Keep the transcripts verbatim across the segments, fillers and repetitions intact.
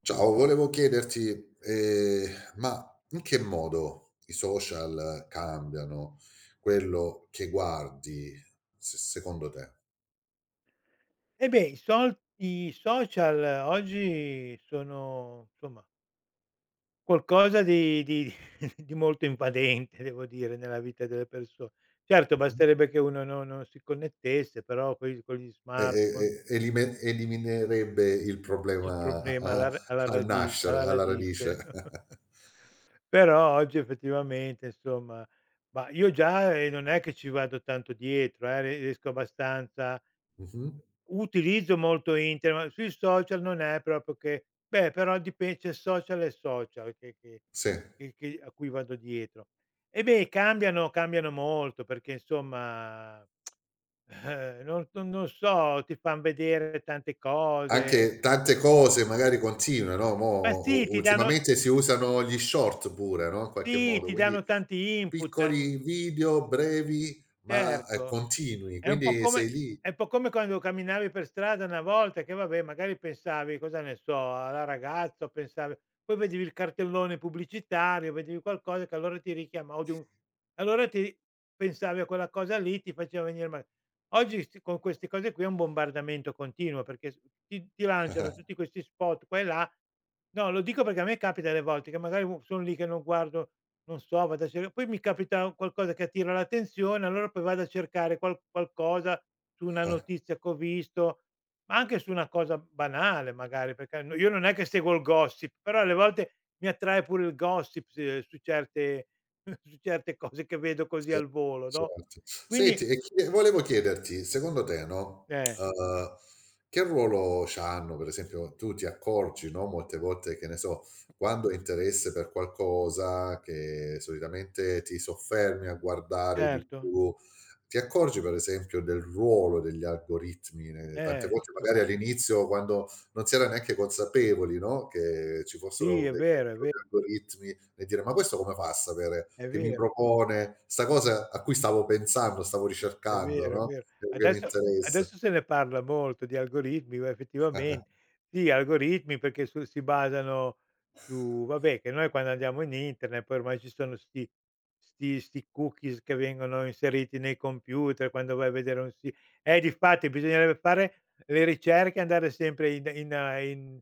Ciao, volevo chiederti, ehm, ma in che modo i social cambiano quello che guardi se secondo te? Eh beh, i sol i social oggi sono, insomma, qualcosa di di di molto invadente, devo dire, nella vita delle perso. Certo, Mh-mh. basterebbe che uno no non si connettesse, però poi con gli E e e smartphone elime Eliminerebbe il il problema problema alla ra alla al radi alla nascere, alla radice. radice. Però oggi effettivamente, insomma, ma io già, ehm, non è che ci vado tanto dietro, eh, riesco abbastanza. Mh-mh. Utilizzo molto internet, ma sui social non è proprio che, beh, però dipen c'è social e social che che Sì, che che a cui vado dietro. E beh, cambiano cambiano molto perché insomma, eh, non non non so, ti fan vedere tante cose. anche tante cose magari continue, no, Ma mo sì, u ti danno, ultimamente si usano gli short pure, no, in qualche sì, modo, ti quindi danno tanti input. piccoli video brevi ma eh, Certo, continui, è un po' quindi come sei lì. è un po' come quando camminavi per strada una volta che, vabbè, magari pensavi, cosa ne so, alla ragazza, o pensavi, poi vedevi il cartellone pubblicitario, vedevi qualcosa che allora ti richiama o di un, allora ti pensavi a quella cosa lì, ti faceva venire. Ma oggi st con queste cose qui è un bombardamento continuo perché s ti ti lanciano tutti questi spot qua e là. No, lo dico perché a me capita delle volte che magari u son lì che non guardo, non so, vado a cer poi mi capita qualcosa che attira l'attenzione, allora poi vado a cercare qual qualcosa su una notizia che ho visto, ma anche su una cosa banale magari, perché no, io non è che seguo il gossip, però alle volte mi attrae pure il gossip s su certe su certe cose che vedo così al volo, no, Certo. quindi Senti, e chie volevo chiederti, secondo te, no, eh, uhm, che ruolo c'hanno, per esempio, tu ti accorgi, no, molte volte, che ne so, quando hai interesse per qualcosa che solitamente ti soffermi a guardare di certo, più, ti accorgi, per esempio, del ruolo degli algoritmi, ne tante eh, volte magari insomma, all'inizio quando non si era neanche consapevoli, no, che ci sì, fossero è dei degli vero, è ve, algoritmi e dire: "Ma questo come fa a sapere è che mi vero. propone 'sta cosa a cui stavo pensando, stavo È ricercando, vero, no, è vero. o che mi Adesso, interessa?" adesso se ne parla molto di algoritmi, ma effettivamente sì, algoritmi perché su si basano su, vabbè, che noi quando andiamo in internet poi ormai ci sono 'sti 'sti 'sti cookies che vengono inseriti nei computer quando vai a vedere un si, eh, difatti bisognerebbe fare le ricerche e andare sempre in in, eh, in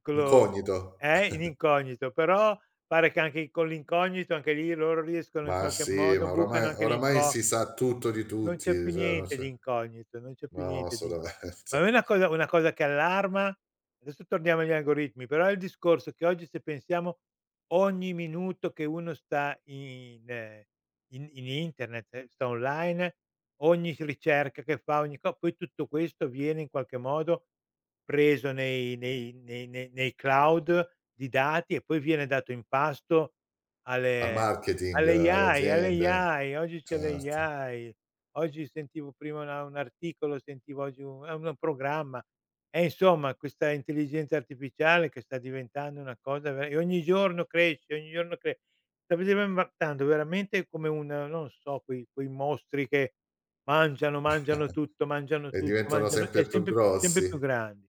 quello, Incognito. eh, in incognito, però pare che anche con l'incognito, anche lì loro riescono in Ma qualche sì, modo ma bucano oramai anche oramai l'inco. si sa tutto di Non tutti, c'è più cioè non niente c'è. di incognito, non c'è più No, niente di inco. Ma è assolutamente. una cosa, una cosa che allarma. Adesso torniamo agli algoritmi, però è il discorso che oggi se pensiamo ogni minuto che uno sta in, eh, in in internet, ehm, sta online, ogni s ricerca che fa, ogni co poi tutto questo viene in qualche modo preso nei nei nei nei nei cloud di dati e poi viene dato in pasto Al alle, marketing, alle alle A I, alle aziende, A I, oggi c'è certo. l'A I. Oggi sentivo prima una, un articolo, sentivo oggi un, è un programma. E insomma questa intelligenza artificiale che sta diventando una cosa ver e ogni giorno cresce, ogni giorno cre, sta diventando veramente come un, non so, quei quei mostri che mangiano, mangiano tutto, mangiano E tutto, diventano mangiano e sempre più sempre sempre più grossi. grandi.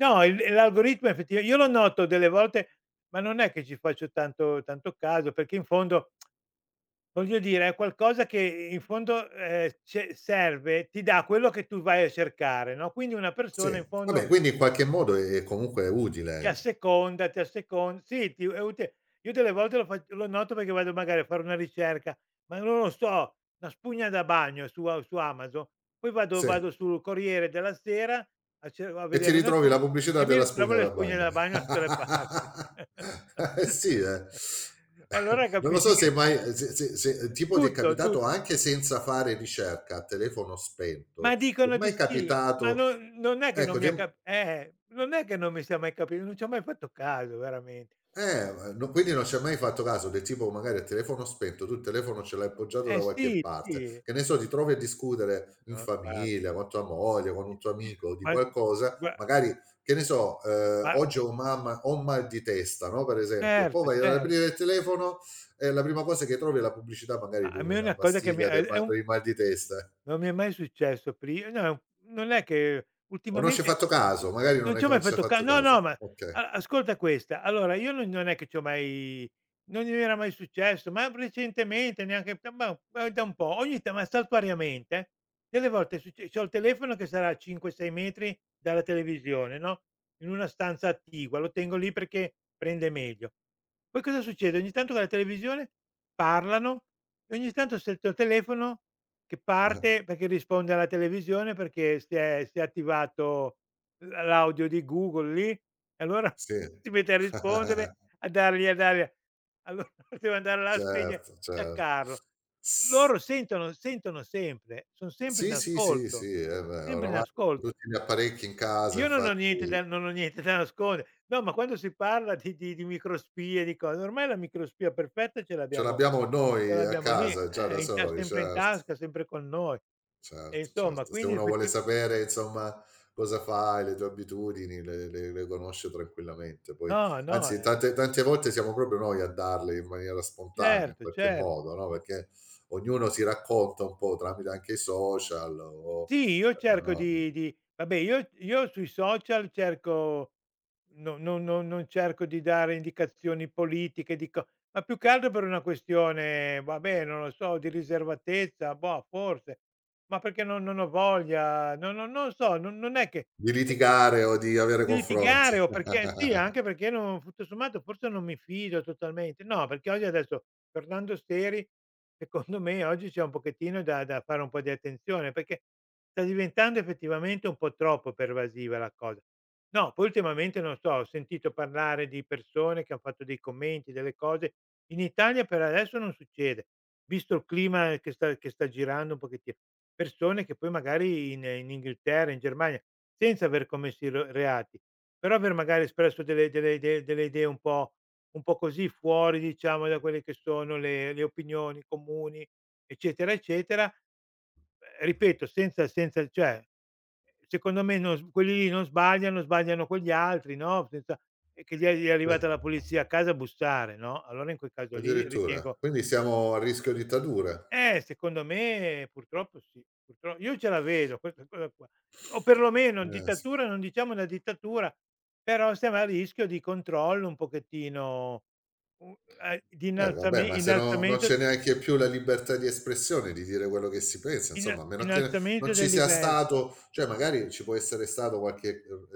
No, il l'algoritmo effettiva io lo noto delle volte, ma non è che ci faccio tanto tanto caso, perché in fondo, voglio dire, è qualcosa che in fondo, ehm, ce serve ti dà quello che tu vai a cercare, no, quindi una Sì, persona in vabbè, fondo quindi in qualche modo è comunque ti utile. asseconda, ti asseconda, sì, ti è utile. Io delle volte lo fac lo noto perché vado magari a fare una ricerca, ma non lo so, una spugna da bagno su a su Amazon, poi vado Sì. vado sul Corriere della Sera a ce a E ti vedere le ritrovi la notizie e pubblicità mi della ritrovo spugna le da spugne bagno. da bagno da tutte le parti. Eh sì, eh. E allora Non lo capisci so se che. mai, se, se- se- tipo ti è Tutto, tu. capitato anche senza fare ricerca a telefono Ma spento, ti è dicono di mai sì, ma capitato, non, non è che non ecco, mi ti è. è cap, eh, non è che non mi sia mai capi, non ci ho mai fatto caso veramente. Eh, no- quindi non ci hai mai fatto caso del tipo magari a telefono spento, tu il telefono ce l'hai appoggiato Eh da qualche sì, parte, sì. che ne so, ti trovi a discutere in No, guarda, famiglia, con tua moglie, con un tuo io, amico di ma, qualcosa, gua, magari, che ne so, eh, ma, oggi ho, mamma, ho un mal di testa, no? Per esempio, poi certo, vai ad cer, aprire il telefono e la prima cosa che trovi è la pubblicità ma magari di a me è una una cosa che mi è pastiglia del è ma- un, per il mal di testa. non mi è mai successo pri, no, non è che O non ci hai ultimamente. fatto caso, magari non Non ne ci ho mai fa- ci hai fatto ca, fatto no, no, ma caso. Ok, a ascolta questa, allora io non, non è che ci ho mai, non mi era mai successo, ma recentemente neanche, ma ma da un po', ogni ta, ma saltuariamente delle volte è succe c'ho il telefono che sarà a cinque, sei metri dalla televisione, no, in una stanza attigua, lo tengo lì perché prende meglio. Poi cosa succede? Ogni tanto con la televisione parlano e ogni tanto sento il tuo telefono che parte perché risponde alla televisione perché si è, si è attivato l, l'audio di Google lì, e allora sì, si mette a rispondere, a dargli, a dargli, allora devo andare là a spegne, certo, certo. staccarlo. Loro sentono, sentono sempre, son sempre in Sì, sì, sì, sì, ascolto, eh beh, sempre in oramai ascolto. tutti gli apparecchi in casa, Io non ho niente da, infatti non ho niente da nascondere. No, ma quando si parla di di di microspie, di cose, ormai la microspia perfetta ce ce l'abbiamo, l'abbiamo ce noi a l'abbiamo lì, casa già da eh, in ta, soli, sempre in certo, tasca, sempre con noi. E certo, insomma, certo. Se quindi uno vuole effetti, sapere, insomma, cosa fai, le tue abitudini, le le le conosce tranquillamente. Poi no, no, anzi eh, tante tante volte siamo proprio noi a darle in maniera spontanea, in certo, qualche cer. modo, no, perché ognuno si racconta un po' tramite anche i social o, Sì, io ehm, cerco no, di di vabbè, io io sui social cerco, no, non non non cerco di dare indicazioni politiche, di co, ma più che altro per una questione, vabbè, non lo so, di riservatezza, boh, forse, ma perché non, non ho voglia, no, no, non so, non, non è che di litigare o di avere di confronti. litigare o perché sì, anche perché non tutto sommato forse non mi fido totalmente. No, perché oggi adesso Fernando Steri, secondo me oggi c'è un pochettino da, da fare un po' di attenzione, perché sta diventando effettivamente un po' troppo pervasiva la cosa. No, poi ultimamente non so, ho sentito parlare di persone che han fatto dei commenti, delle cose, in Italia per adesso non succede, visto il clima che sta che sta girando un pochettino. Persone che poi magari in in Inghilterra, in Germania, senza aver commesso i re, reati, però aver magari espresso delle delle idee delle idee un po', un po' così fuori, diciamo, da quelle che sono le le opinioni comuni, eccetera, eccetera. Ehm, ripeto, senza senza, cioè, secondo me non s, quelli lì non sbagliano, sbagliano quegli altri, no, senza. E che gli è, gli è arrivata la polizia a casa a bussare, no, allora in quel caso lì Addirittura? ritengo, Quindi siamo a rischio dittatura. eh, secondo me purtroppo sì, purtro, io ce la vedo questa cosa qua. O perlomeno Eh, s dittatura, non diciamo una dittatura, però siamo a rischio di controllo un pochettino, u, ehm, di eh, vabbè, innalzame, ma se no non innalzamento, c'è neanche più la libertà di espressione, di dire quello che si pensa, inna, insomma, a meno che innalzamento non del ci sia livello. stato, cioè magari ci può essere stato qualche, ehm,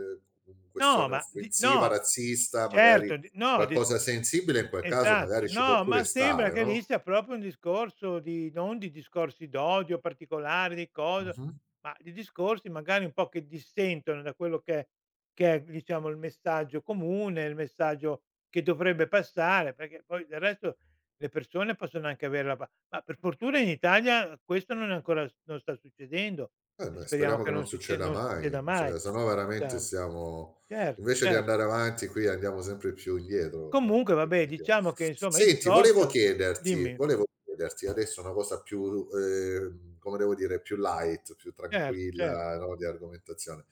ehm, No, questione ma di offensiva, no, razzista, certo, magari di no, dis, qualcosa sensibile, in quel caso esatto, magari ci può no, pure ma sembra stare, che lì no? sia proprio un discorso di non di discorsi d'odio particolari, di cosa, Mh-mh. ma di discorsi magari un po' che dissentono da quello che che è, diciamo, il messaggio comune, il messaggio che dovrebbe passare, perché poi del resto le persone possono anche avere la pa, ma per fortuna in Italia questo non è ancora non sta succedendo, Eh e beh, speriamo speriamo che che non non succe, succeda non succeda mai, mai, cioè se no veramente diciamo. siamo, Cer invece di cer, andare avanti qui andiamo sempre più indietro, no, comunque in vabbè definitiva. diciamo che insomma i Senti, volevo social, chiederti dimmi, volevo chiederti adesso una cosa più, ehm, come devo dire, più light, più certo, certo, tranquilla, no, di argomentazione.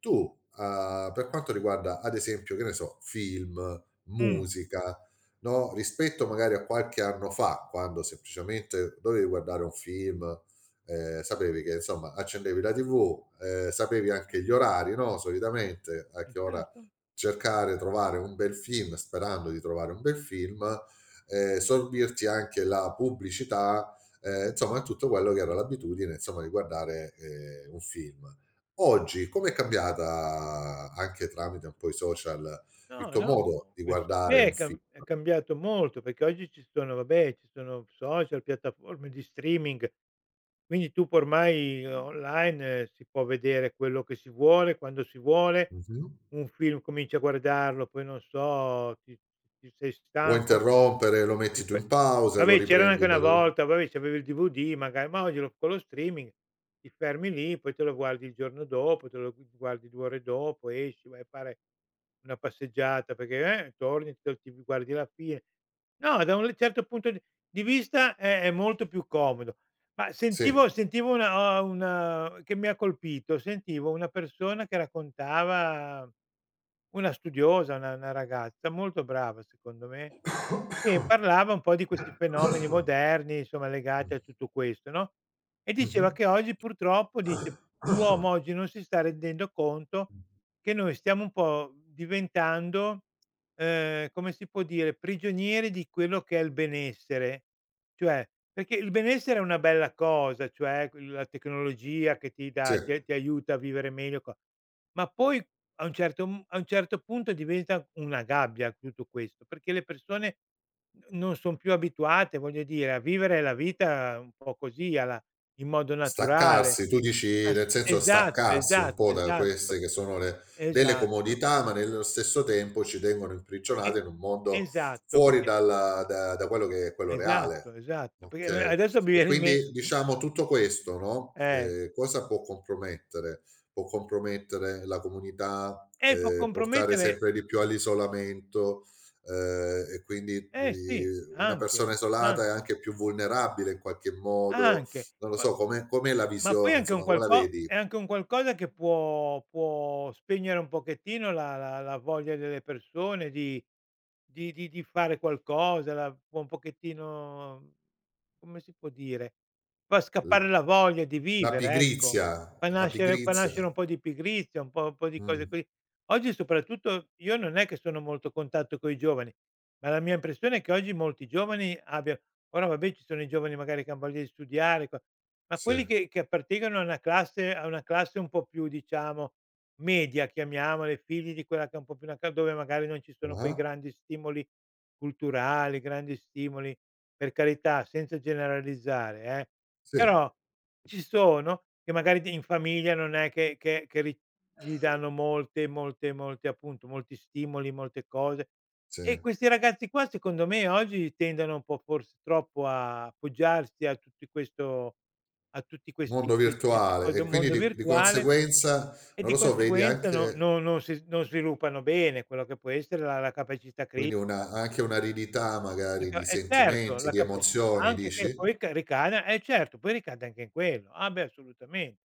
Tu, uhm, per quanto riguarda ad esempio, che ne so, film, mh, musica, no, rispetto magari a qualche anno fa, quando semplicemente dovevi guardare un film, ehm, sapevi che insomma accendevi la T V, ehm, sapevi anche gli orari, no, solitamente a eh che ora certo, cercare, trovare un bel film, sperando di trovare un bel film, ehm, sorbirti anche la pubblicità, ehm, insomma tutto quello che era l'abitudine insomma di guardare, ehm, un film. Oggi com'è cambiata, anche tramite un po' i social, il no, tuo no. modo di Questo guardare beh un è cam, film? è cambiato molto perché oggi ci sono, vabbè, ci sono social, piattaforme di streaming, quindi tu può ormai online eh, si può vedere quello che si vuole, quando si vuole, Mh-mh. un film cominci a guardarlo, poi non so, ti ti sei Vuoi stanco. interrompere, lo Il metti tu in fe, pausa e lo vabbè c'erano anche riprendi una da da volta, vabbè c'avevi il D V D magari, ma oggi lo con lo streaming ti fermi lì, poi te lo guardi il giorno dopo, te lo gu guardi due ore dopo, esci, vai a fare una passeggiata perché, eh, torni, te lo, ti guardi la fine. No, da un certo punto di di vista è è molto più comodo. Ma sì. sentivo, sentivo una, uhm, una che mi ha colpito, sentivo una persona che raccontava, una studiosa, una una ragazza molto brava secondo me, e parlava un po' di questi fenomeni moderni, insomma, legati a tutto questo, no, e Mh-mh. diceva che oggi purtroppo, dice: "L'uomo oggi non si sta rendendo conto che noi stiamo un po' diventando, ehm, come si può dire, prigionieri di quello che è il benessere". Cioè, perché il benessere è una bella cosa, cioè q la tecnologia che ti Sì. dà ti ti aiuta a vivere meglio e co, ma poi a un certo m a un certo punto diventa una gabbia tutto questo, perché le persone n, non son più abituate, voglio dire, a vivere la vita un po' così, alla, in modo naturale. Staccarsi, tu dici As, nel senso esatto, staccarsi un esatto, po' da esatto, queste che sono le delle esatto. comodità, ma nello stesso tempo ci tengono E, imprigionati in un mondo esatto, fuori perché, dalla da da quello che è quello esatto, reale. esatto, perché a me Okay. adesso mi E viene in me, quindi diciamo tutto questo, no, eh, ehm, cosa può compromettere? Può compromettere la comunità, eh, può ehm, portare compromettere, sempre di più all'isolamento, ehm, e quindi eh sì, di una anche, persona isolata è anche, anche più vulnerabile in qualche modo, anche. non lo P, so, come com'è la ma poi visione, anche un insomma, come la qualco, vedi? è anche un qualcosa che può, può spegnere un pochettino la, la, la voglia delle persone di di di di fare qualcosa, la può un pochettino, come si può dire, fa L scappare la voglia di la vivere, ecco. pigrizia, Fa la nascere fa pigrizia nascere un po' di pigrizia, un po' un po' di cose mh, così. Oggi soprattutto io non è che sono molto a contatto coi giovani, ma la mia impressione è che oggi molti giovani abbia ora vabbè ci sono i giovani magari che han voglia di studiare qua, ma sì, quelli che che appartengono a una classe a una classe un po' più, diciamo, media, chiamiamola, i figli di quella che è un po' più una ca dove magari non ci sono quei ah-ah, grandi stimoli culturali, grandi stimoli, per carità, senza generalizzare, eh, sì, però ci sono che magari d in famiglia non è che che che ri gli danno molte, molte, molte, appunto, molti stimoli, molte cose. sì, E questi ragazzi qua secondo me oggi tendono un po', forse troppo, a appoggiarsi a tutti questo, a tutti questi mondo ques queste virtuale cose, e un quindi mondo di di virtuale, conseguenza, e non di lo so, vedi conseguenza no anche no non si non sviluppano bene quello che può essere la la capacità cri quindi una anche un'aridità la magari ca di eh, certo, sentimenti, la di capaci emozioni anche che dici? poi ca ricada, eh certo, poi ricade anche in quello. Ah beh, assolutamente,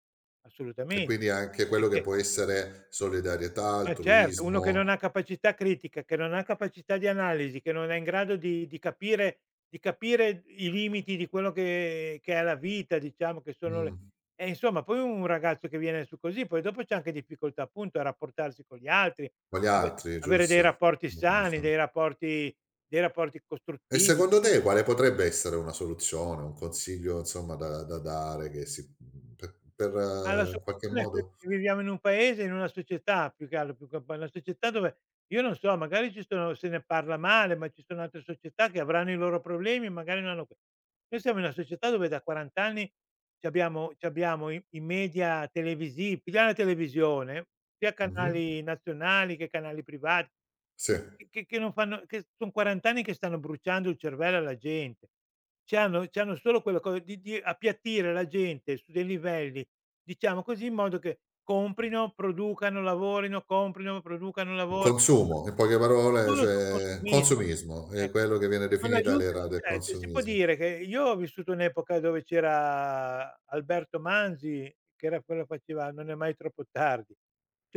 E assolutamen quindi anche quello che perché può essere solidarietà, ma certo, uno che non ha altruismo, capacità critica, che non ha capacità di analisi, che non è in grado di di capire, di capire i limiti di quello che che è la vita, diciamo, che sono le, mh, e insomma poi un ragazzo che viene su così, poi dopo c'è anche difficoltà, appunto, a rapportarsi con gli altri, con gli ave altri, avere dei giusto? rapporti sani, dei rapporti dei rapporti E costruttivi. secondo te quale potrebbe essere una soluzione, un consiglio insomma da da dare che si mhmm, per per Ma la eh, in qualche soluzione è quella modo che viviamo in un paese, in una società più che altro, più che poi una società dove, io non so, magari ci sono, se ne parla male, ma ci sono altre società che avranno i loro problemi e magari non hanno que noi siamo in una società dove da quaranta anni c'abbiamo c'abbiamo i i media televisi pigliamo la televisione, sia mh-mh, canali nazionali che canali privati, sì, che che che non fanno che son quaranta anni che stanno bruciando il cervello alla gente. Ci hanno ci hanno solo quella cosa di di appiattire la gente su dei livelli, diciamo così, in modo che comprino, producano, lavorino, comprino, producano, lavorino, consumo, in poche parole solo sul cioè consumismo. consumismo, è Ecco, quello che viene non definita aiutano, l'era del cioè d si può consumismo. dire che io ho vissuto un'epoca dove c'era Alberto Manzi, che era quello che faceva "Non è mai troppo tardi".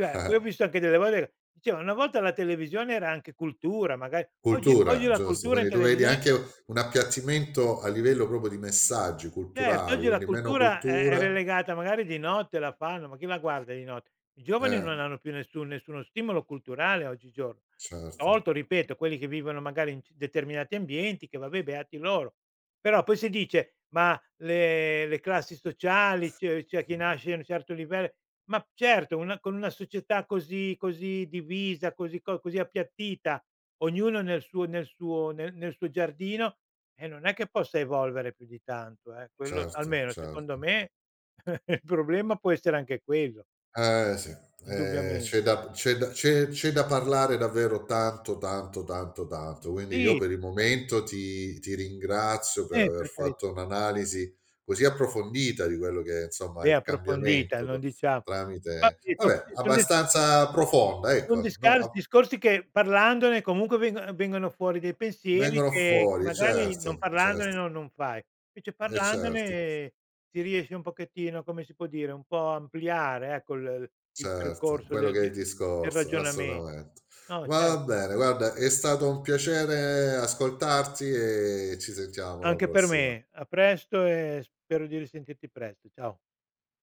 poi ho Eh, visto anche delle volte diceva: "Una volta la televisione era anche cultura, magari". Oggi oggi cultura, la giusto, cultura in quindi tu vedi televisione, anche un appiattimento a livello proprio di messaggi certo, culturali, oggi la quindi meno cultura è è cultura relegata, magari di notte la fanno, ma chi la guarda di notte? I giovani eh, non hanno più nessun nessuno stimolo culturale oggigiorno, certo, tolto, ripeto, quelli che vivono magari in c determinati ambienti, che vabbè, beati loro. Però poi si dice: "Ma le le classi sociali, c'è c'è chi nasce a un certo livello". Ma certo, una con una società così, così divisa, così co così appiattita, ognuno nel suo nel suo nel nel suo giardino, eh, non è che possa evolvere più di tanto, eh, quello certo, almeno secondo certo. me il problema può essere anche quello, Eh sì, ehm, indubbiamente. c'è da c'è da c'è c'è da parlare davvero tanto, tanto, tanto, tanto. Quindi io Sì, per il momento ti ti ringrazio sì, per eh, aver per carità. fatto un'analisi così approfondita di quello che è, insomma, Beh, il approfondita, cambiamento non t diciamo. tramite Vabbè, son vabbè, son dis abbastanza profonda, son ecco, no, discars a discorsi che, parlandone, comunque vengo vengono fuori dei pensieri vengono che che fuori, magari non certo, parlandone, certo, no non fai. Invece eh certo. parlandone si riesce un pochettino, come si può dire, un po' a ampliare, ecco, il il Certo, percorso quello del che è il de de del discorso, ragionamento. assolutamente. No, Va cer bene, guarda, è stato un piacere ascoltarti e ci sentiamo alla anche per prossima. me. A presto e spero di risentirti presto. Ciao.